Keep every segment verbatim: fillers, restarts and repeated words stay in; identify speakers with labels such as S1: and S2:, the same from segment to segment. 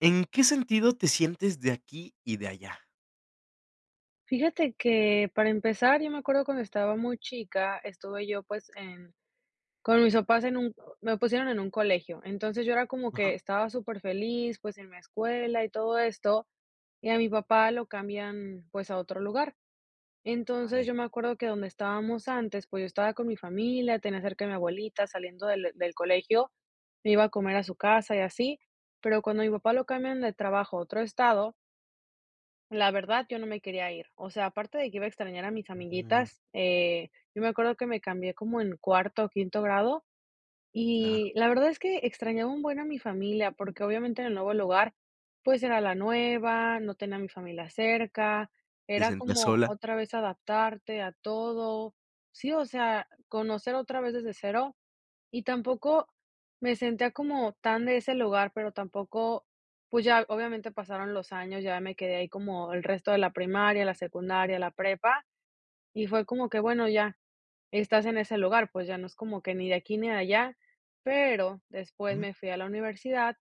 S1: ¿En qué sentido te sientes de aquí y de allá?
S2: Fíjate que para empezar, yo me acuerdo cuando estaba muy chica, estuve yo pues en, con mis papás en un, me pusieron en un colegio, entonces yo era como
S1: Ajá,
S2: que estaba súper feliz pues en mi escuela y todo esto, y a mi papá lo cambian pues a otro lugar. Entonces
S1: vale.
S2: yo me acuerdo que donde estábamos antes, pues yo estaba con mi familia, tenía cerca a mi abuelita saliendo del, del colegio, me iba a comer a su casa y así, pero cuando mi papá lo cambian de trabajo a otro estado, la verdad, yo no me quería ir. O sea, aparte de que iba a extrañar a mis
S1: Mm,
S2: amiguitas, eh, yo me acuerdo que me cambié como en cuarto o quinto grado
S1: claro,
S2: y la verdad es que extrañaba un buen a mi familia porque obviamente en el nuevo lugar pues era la nueva, no tenía a mi familia cerca,
S1: te
S2: era
S1: sentías
S2: como
S1: sola.
S2: otra vez adaptarte a todo. Sí, o sea, conocer otra vez desde cero y tampoco me sentía como tan de ese lugar, pero tampoco, pues ya obviamente pasaron los años, ya me quedé ahí como el resto de la primaria, la secundaria, la prepa, y fue como que, bueno, ya estás en ese lugar, pues ya no es como que ni de aquí ni de allá, pero después
S1: Ujú.
S2: me fui a la universidad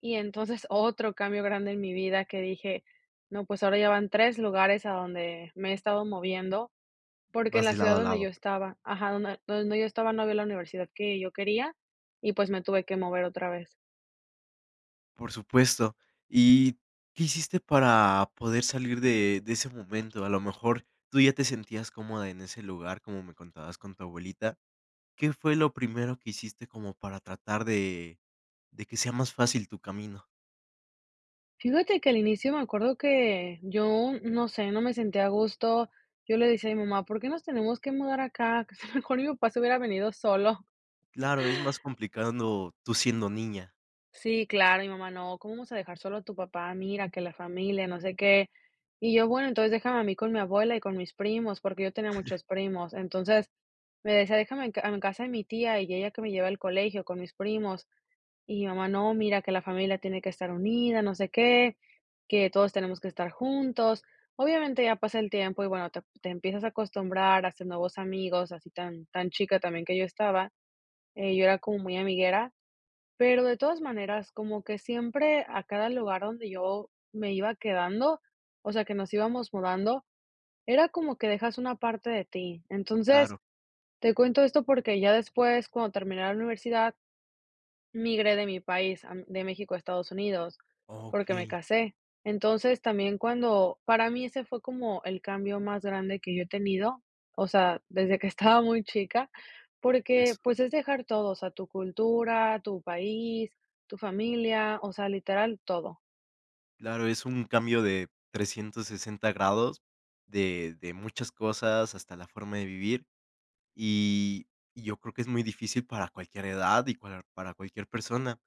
S2: y entonces otro cambio grande en mi vida que dije, no, pues ahora ya van tres lugares a donde me he estado moviendo porque en
S1: Vas
S2: la
S1: de
S2: ciudad
S1: lado a
S2: donde
S1: lado.
S2: yo estaba ajá, donde donde yo estaba no había la universidad que yo quería y, pues, me tuve que mover otra vez.
S1: Por supuesto. ¿Y qué hiciste para poder salir de de ese momento? A lo mejor tú ya te sentías cómoda en ese lugar, como me contabas con tu abuelita. ¿Qué fue lo primero que hiciste como para tratar de de que sea más fácil tu camino?
S2: Fíjate que al inicio me acuerdo que yo, no sé, no me sentía a gusto. Yo le decía a mi mamá: "¿Por qué nos tenemos que mudar acá? Que a lo mejor mi papá se hubiera venido solo".
S1: Claro, es más complicado tú siendo niña.
S2: Sí, claro, mi mamá: "No, ¿cómo vamos a dejar solo a tu papá? Mira, que la familia, no sé qué". Y yo: "Bueno, entonces déjame a mí con mi abuela y con mis primos", porque yo tenía muchos primos. Entonces, me decía: "Déjame en ca en casa de mi tía y ella que me lleva al colegio con mis primos". Y mi mamá: "No, mira que la familia tiene que estar unida, no sé qué, que todos tenemos que estar juntos". Obviamente, ya pasa el tiempo y bueno, te te empiezas a acostumbrar, haces nuevos amigos, así tan tan chica también que yo estaba, eh, yo era como muy amiguera, pero de todas maneras, como que siempre a cada lugar donde yo me iba quedando, o sea, que nos íbamos mudando, era como que dejas una parte de ti. Entonces,
S1: Claro.
S2: te cuento esto porque ya después, cuando terminé la universidad, migré de mi país, a de México a Estados Unidos, porque me
S1: Okey.
S2: casé. Entonces, también cuando para mí ese fue como el cambio más grande que yo he tenido, o sea, desde que estaba muy chica, porque, pues, es dejar todo, o sea, tu cultura, tu país, tu familia, o sea, literal todo.
S1: Claro, es un cambio de trescientos sesenta grados de de muchas cosas, hasta la forma de vivir, y y yo creo que es muy difícil para cualquier edad y para para cualquier persona.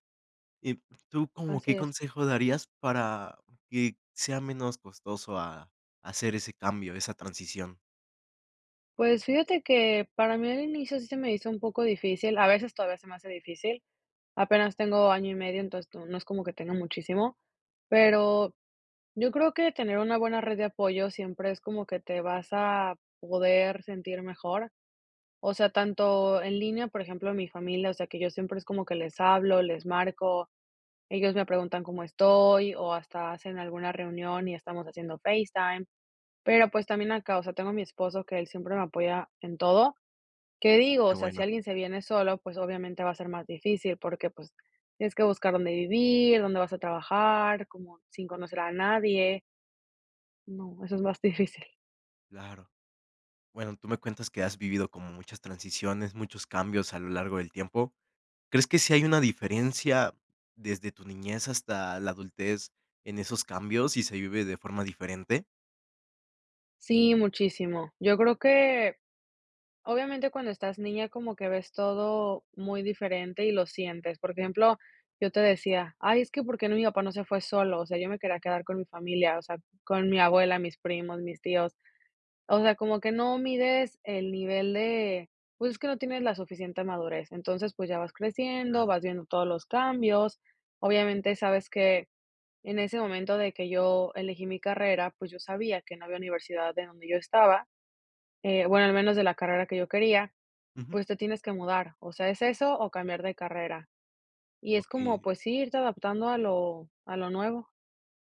S1: Y ¿tú como
S2: Así
S1: qué
S2: es.
S1: consejo darías para que sea menos costoso a hacer ese cambio, esa transición?
S2: Pues fíjate que para mí al inicio sí se me hizo un poco difícil, a veces todavía se me hace difícil, apenas tengo año y medio, entonces no no es como que tenga muchísimo, pero yo creo que tener una buena red de apoyo siempre es como que te vas a poder sentir mejor, o sea, tanto en línea, por ejemplo, en mi familia, o sea, que yo siempre es como que les hablo, les marco, ellos me preguntan cómo estoy o hasta hacen alguna reunión y estamos haciendo FaceTime, pero pues también acá, o sea, tengo a mi esposo que él siempre me apoya en todo. ¿Qué digo? O
S1: Qué
S2: sea, si
S1: bueno,
S2: alguien se viene solo, pues obviamente va a ser más difícil porque pues tienes que buscar dónde vivir, dónde vas a trabajar, como sin conocer a nadie. No, eso es más difícil.
S1: claro. Bueno, tú me cuentas que has vivido como muchas transiciones, muchos cambios a lo largo del tiempo. ¿Crees que sí hay una diferencia desde tu niñez hasta la adultez en esos cambios y se vive de forma diferente?
S2: Sí, muchísimo. Yo creo que obviamente cuando estás niña como que ves todo muy diferente y lo sientes. Por ejemplo, yo te decía, ay, es que ¿por qué no mi papá no se fue solo? O sea, yo me quería quedar con mi familia, o sea, con mi abuela, mis primos, mis tíos. O sea, como que no mides el nivel de, pues, es que no tienes la suficiente madurez. Entonces, pues, ya vas creciendo,
S1: Claro.
S2: vas viendo todos los cambios. Obviamente, sabes que en ese momento de que yo elegí mi carrera, pues, yo sabía que no había universidad de donde yo estaba, eh, bueno, al menos de la carrera que yo quería,
S1: Ujú.
S2: pues, te tienes que mudar. O sea, es eso o cambiar de carrera. Y es
S1: Okey,
S2: como, pues sí, irte adaptando a lo a lo nuevo.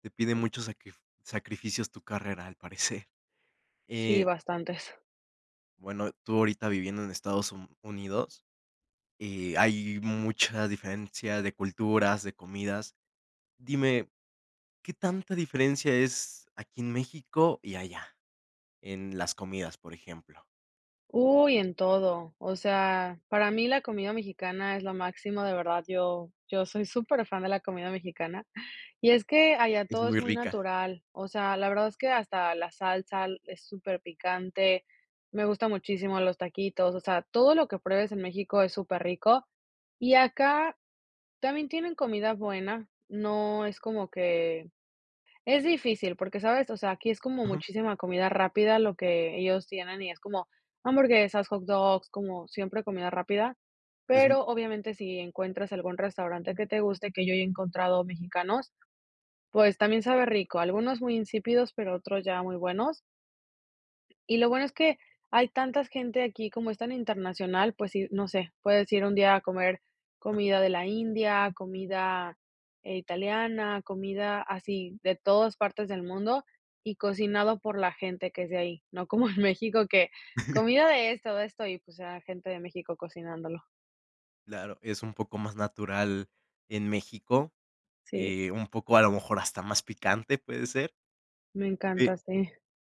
S1: te pide muchos sacrif sacrificios tu carrera, al parecer.
S2: Sí,
S1: Eh,
S2: bastantes.
S1: bueno, tú ahorita viviendo en Estados Un Unidos, eh, hay mucha diferencia de culturas, de comidas. Dime, ¿qué tanta diferencia es aquí en México y allá? En las comidas, por ejemplo.
S2: Uy, en todo. O sea, para mí la comida mexicana es lo máximo, de verdad. Yo, yo soy súper fan de la comida mexicana. Y es que allá
S1: Es
S2: todo es
S1: muy
S2: muy
S1: rica.
S2: natural. O sea, la verdad es que hasta la salsa es súper picante. Me gusta muchísimo los taquitos. O sea, todo lo que pruebes en México es súper rico. Y acá también tienen comida buena. No es como que es difícil porque, ¿sabes? O sea, aquí es como
S1: Ujú.
S2: muchísima comida rápida lo que ellos tienen y es como hamburguesas, hot dogs, como siempre comida rápida.
S1: Es, mm
S2: Pero obviamente si encuentras algún restaurante que te guste, que yo he encontrado mexicanos, pues también sabe rico. Algunos muy insípidos, pero otros ya muy buenos. Y lo bueno es que hay tantas gente aquí, como es tan internacional, pues sí, no sé, puedes ir un día a comer comida de la India, comida, eh, italiana, comida así de todas partes del mundo y cocinado por la gente que es de ahí, no como en México que comida de esto, de esto y, pues, la gente de México cocinándolo.
S1: Claro, es un poco más natural en México,
S2: Sí,
S1: eh, un poco, a lo mejor, hasta más picante, puede ser.
S2: me encanta,
S1: Sí,
S2: sí.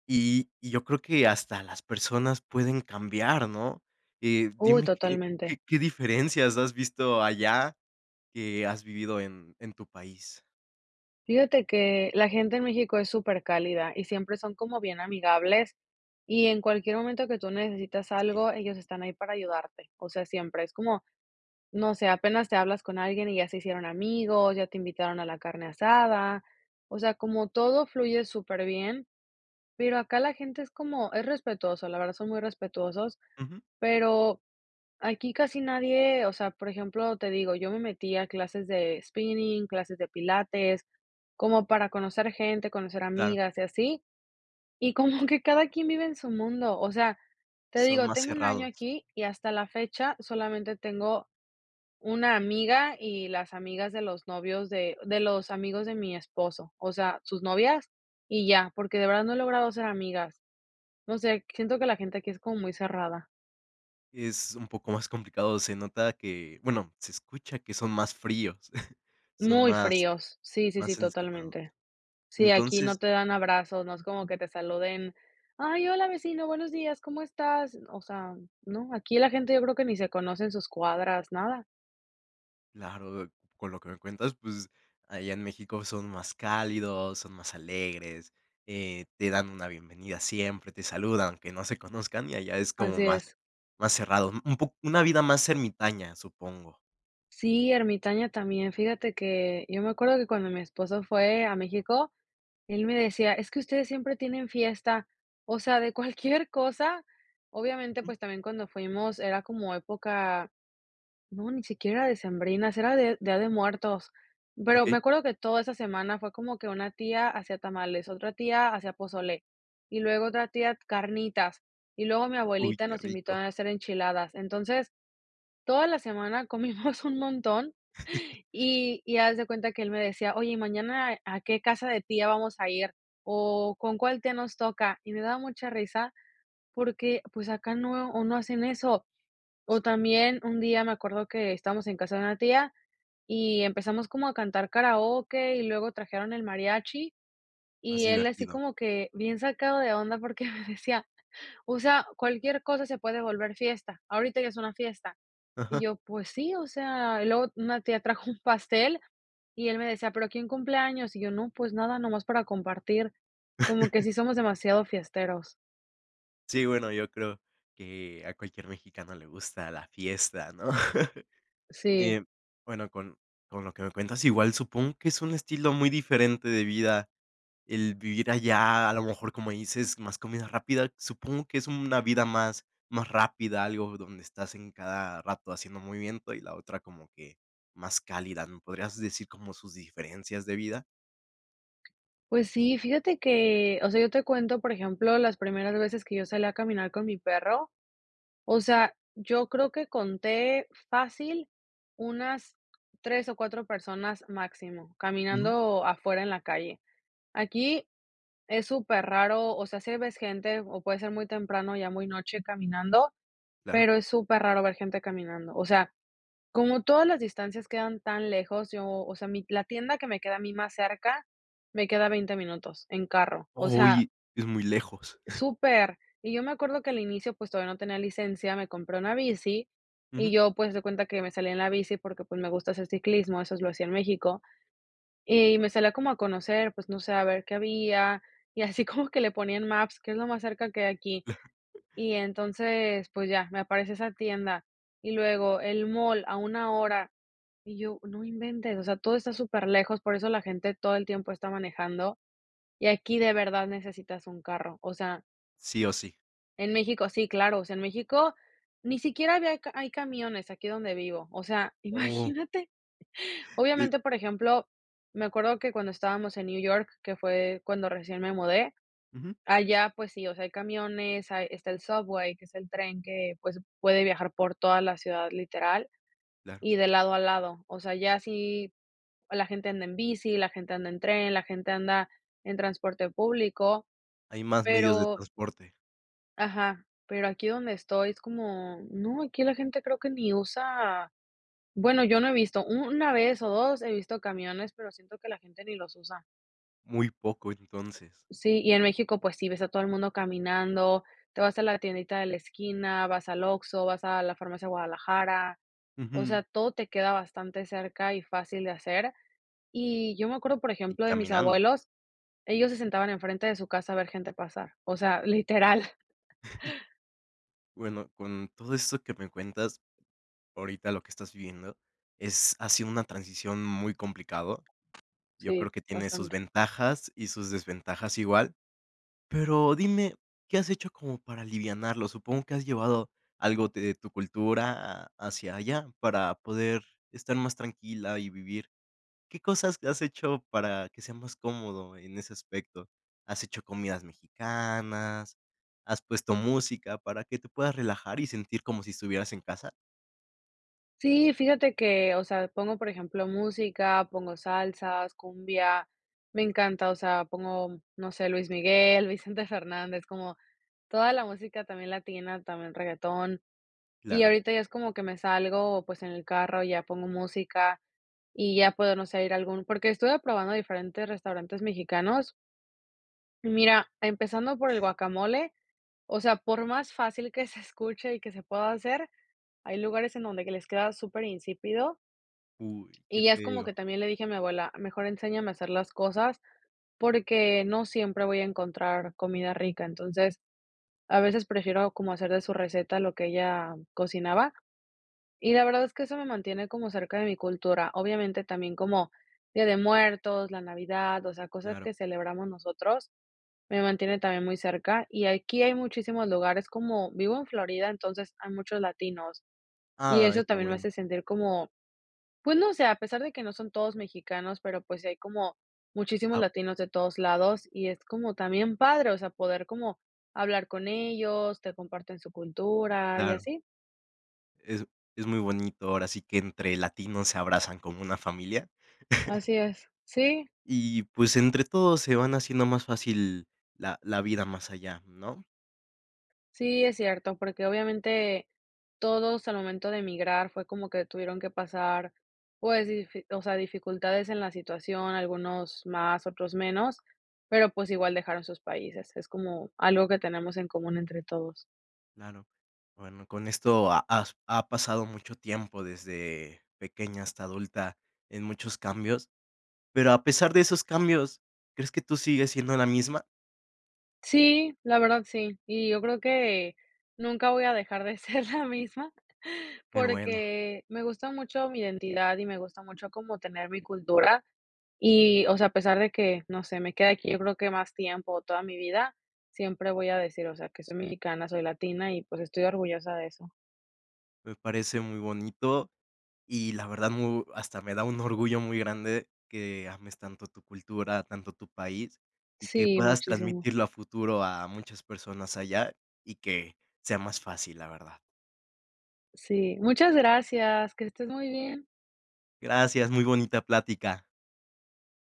S1: y y yo creo que hasta las personas pueden cambiar, ¿no? Eh,
S2: Uy,
S1: dime qué
S2: totalmente.
S1: qué qué diferencias has visto allá, que has vivido en en tu país.
S2: Fíjate que la gente en México es súper cálida y siempre son como bien amigables y en cualquier momento que tú necesitas
S1: Sí.
S2: algo, ellos están ahí para ayudarte. O sea, siempre es como, no sé, apenas te hablas con alguien y ya se hicieron amigos, ya te invitaron a la carne asada. O sea, como todo fluye súper bien, pero acá la gente es como, es respetuoso, la verdad son muy respetuosos,
S1: Ujú,
S2: pero aquí casi nadie, o sea, por ejemplo, te digo, yo me metí a clases de spinning, clases de pilates, como para conocer gente, conocer
S1: claro,
S2: amigas y así, y como que cada quien vive en su mundo. O sea, te
S1: son
S2: digo,
S1: más
S2: tengo un año
S1: cerrados,
S2: aquí y hasta la fecha solamente tengo una amiga y las amigas de los novios de, de los amigos de mi esposo, o sea, sus novias y ya, porque de verdad no he logrado ser amigas. No sé, siento que la gente aquí es como muy cerrada,
S1: es un poco más complicado, se nota que, bueno, se escucha que son más fríos, son
S2: muy
S1: más
S2: fríos. Sí, sí, sí,
S1: más encerrados.
S2: totalmente. Sí, aquí no
S1: Entonces.
S2: te dan abrazos, no es como que te saluden: "Ay, hola vecino, buenos días, ¿cómo estás?". O sea, no, aquí la gente yo creo que ni se conoce en sus cuadras, nada.
S1: Claro, con lo que me cuentas, pues, allá en México son más cálidos, son más alegres, eh, te dan una bienvenida siempre, te saludan, aunque no se conozcan, y allá es como
S2: Así
S1: más
S2: es.
S1: más cerrado, un poco una vida más ermitaña, supongo.
S2: Sí, ermitaña también. Fíjate que yo me acuerdo que cuando mi esposo fue a México, él me decía: "Es que ustedes siempre tienen fiesta". O sea, de cualquier cosa. Obviamente,
S1: Ujú,
S2: pues, también cuando fuimos era como época. No, ni siquiera decembrinas, era de Día de Muertos. Pero me
S1: okey.
S2: acuerdo que toda esa semana fue como que una tía hacía tamales, otra tía hacía pozole, y luego otra tía carnitas, y luego mi
S1: Uy,
S2: abuelita
S1: qué
S2: nos invitó
S1: rico.
S2: a hacer enchiladas. Entonces, toda la semana comimos un montón y y haz de cuenta que él me decía: "Oye, ¿y mañana a qué casa de tía vamos a ir? ¿O con cuál tía nos toca?". Y me daba mucha risa porque, pues, acá no o no hacen eso.
S1: S
S2: O también un día me acuerdo que estábamos en casa de una tía y empezamos como a cantar karaoke y luego trajeron el mariachi
S1: Más
S2: y él así
S1: divertido.
S2: como que bien sacado de onda porque me decía, o sea, cualquier cosa se puede volver fiesta, ahorita ya es una fiesta. Y
S1: Ajá.
S2: yo, pues sí, o sea, y luego una tía trajo un pastel y él me decía, pero ¿quién cumple años? Y yo, no, pues nada, nomás para compartir, como que sí somos demasiado fiesteros.
S1: Sí, bueno, yo creo que a cualquier mexicano le gusta la fiesta, ¿no?
S2: Sí.
S1: Eh, bueno, con con lo que me cuentas, igual supongo que es un estilo muy diferente de vida. El vivir allá, a lo mejor, como dices, más comida rápida, supongo que es una vida más más rápida, algo donde estás en cada rato haciendo movimiento, y la otra como que más cálida. ¿Me podrías decir como sus diferencias de vida?
S2: Pues sí, fíjate que, o sea, yo te cuento, por ejemplo, las primeras veces que yo salí a caminar con mi perro, o sea, yo creo que conté fácil unas tres o cuatro personas máximo,
S1: Ujú.
S2: caminando afuera en la calle. Aquí es súper raro, o sea, sí ves gente, o puede ser muy temprano, ya muy noche caminando,
S1: Claro.
S2: pero es súper raro ver gente caminando. O sea, como todas las distancias quedan tan lejos, yo, o sea, mi la tienda que me queda a mí más cerca, me queda a veinte minutos en carro, o sea,
S1: Hoy es muy lejos.
S2: súper. Y yo me acuerdo que al inicio, pues, todavía no tenía licencia, me compré una bici y
S1: Ujú.
S2: yo, pues, haz de cuenta que me salí en la bici porque, pues, me gusta hacer ciclismo, eso lo hacía en México, y me salía como a conocer, pues, no sé, a ver qué había, y así como que le ponían Maps, que es lo más cerca que hay aquí. Y entonces, pues ya, me aparece esa tienda. Y luego el mall a una hora. Y yo, no inventes, o sea, todo está súper lejos, por eso la gente todo el tiempo está manejando. Y aquí de verdad necesitas un carro. O sea,
S1: Sí o sí.
S2: en México sí, claro, o sea, en México ni siquiera había ca- hay camiones. Aquí donde vivo, o sea,
S1: Oh.
S2: imagínate.
S1: eh,
S2: Obviamente, por ejemplo, me acuerdo que cuando estábamos en New York, que fue cuando recién me mudé,
S1: Ujú,
S2: allá, pues sí, o sea, hay camiones, hay, está el Subway, que es el tren que, pues, puede viajar por toda la ciudad, literal,
S1: claro.
S2: y de lado a lado. O sea, ya sí, la gente anda en bici, la gente anda en tren, la gente anda en transporte público,
S1: Hay más medios de
S2: pero
S1: transporte,
S2: ajá, pero aquí donde estoy es como, no, aquí la gente creo que ni usa, bueno, yo no he visto, una vez o dos he visto camiones, pero siento que la gente ni los usa.
S1: muy poco entonces.
S2: Sí, y en México, pues sí, ves a todo el mundo caminando, te vas a la tiendita de la esquina, vas al Oxxo, vas a la farmacia Guadalajara, o sea,
S1: Ujú,
S2: todo te queda bastante cerca y fácil de hacer. Y yo me acuerdo, por
S1: y
S2: ejemplo, de mis
S1: caminando.
S2: abuelos, ellos se sentaban enfrente de su casa a ver gente pasar, o sea, literal.
S1: Bueno, con todo esto que me cuentas ahorita lo que estás viviendo es ha sido una transición muy complicado. Yo creo
S2: Sí,
S1: que tiene sus
S2: bastante.
S1: ventajas y sus desventajas igual, pero dime, ¿qué has hecho como para alivianarlo? Supongo que has llevado algo de tu cultura a- hacia allá para poder estar más tranquila y vivir. ¿Qué cosas has hecho para que sea más cómodo en ese aspecto? ¿Has hecho comidas mexicanas? ¿Has puesto música para que te puedas relajar y sentir como si estuvieras en casa?
S2: Sí, fíjate que, o sea, pongo, por ejemplo, música, pongo salsas, cumbia, me encanta, o sea, pongo, no sé, Luis Miguel, Vicente Fernández, como toda la música también latina, también reggaetón, y
S1: Claro.
S2: ahorita ya es como que me salgo, pues, en el carro, ya pongo música y ya puedo, no sé, ir a algún, porque estuve probando diferentes restaurantes mexicanos. Y mira, empezando por el guacamole, o sea, por más fácil que se escuche y que se pueda hacer, hay lugares en donde que les queda súper insípido,
S1: Uy, qué
S2: y ya es como que
S1: feo.
S2: también le dije a mi abuela: "Mejor enséñame a hacer las cosas, porque no siempre voy a encontrar comida rica". Entonces, a veces prefiero como hacer de su receta lo que ella cocinaba, y la verdad es que eso me mantiene como cerca de mi cultura. Obviamente también como Día de Muertos, la Navidad, o sea, cosas
S1: Claro.
S2: que celebramos nosotros, me mantiene también muy cerca. Y aquí hay muchísimos lugares, como vivo en Florida, entonces hay muchos latinos, y
S1: Ah,
S2: eso
S1: es lo
S2: también me
S1: bueno.
S2: hace sentir como, pues no sé, a pesar de que no son todos mexicanos, pero pues sí hay como muchísimos
S1: Ah,
S2: latinos de todos lados, y es como también padre, o sea, poder como hablar con ellos, te comparten su cultura y
S1: claro,
S2: así.
S1: es es muy bonito, ahora sí que entre latinos se abrazan como una familia.
S2: Así es. Sí,
S1: Y, pues, entre todos se van haciendo más fácil la la vida más allá, ¿no?
S2: sí, es cierto, porque obviamente todos al momento de emigrar fue como que tuvieron que pasar, pues, difi- o sea, dificultades en la situación, algunos más, otros menos, pero pues igual dejaron sus países. Es como algo que tenemos en común entre todos.
S1: Claro. Bueno, con esto ha has ha pasado mucho tiempo desde pequeña hasta adulta en muchos cambios, pero a pesar de esos cambios, ¿crees que tú sigues siendo la misma?
S2: Sí, la verdad sí. Y yo creo que nunca voy a dejar de ser la misma,
S1: Qué bueno,
S2: porque me gusta mucho mi identidad y me gusta mucho como tener mi cultura. Y, o sea, a pesar de que, no sé, me queda aquí yo creo que más tiempo, toda mi vida, siempre voy a decir, o sea, que soy mexicana, soy latina y pues estoy orgullosa de eso.
S1: me parece muy bonito. Y la verdad, mu hasta me da un orgullo muy grande que ames tanto tu cultura, tanto tu país, y que
S2: Sí,
S1: puedas
S2: muchísimo.
S1: transmitirlo a futuro a muchas personas allá, y que sea más fácil, la verdad.
S2: Sí, muchas gracias, que estés muy bien.
S1: Gracias, muy bonita plática.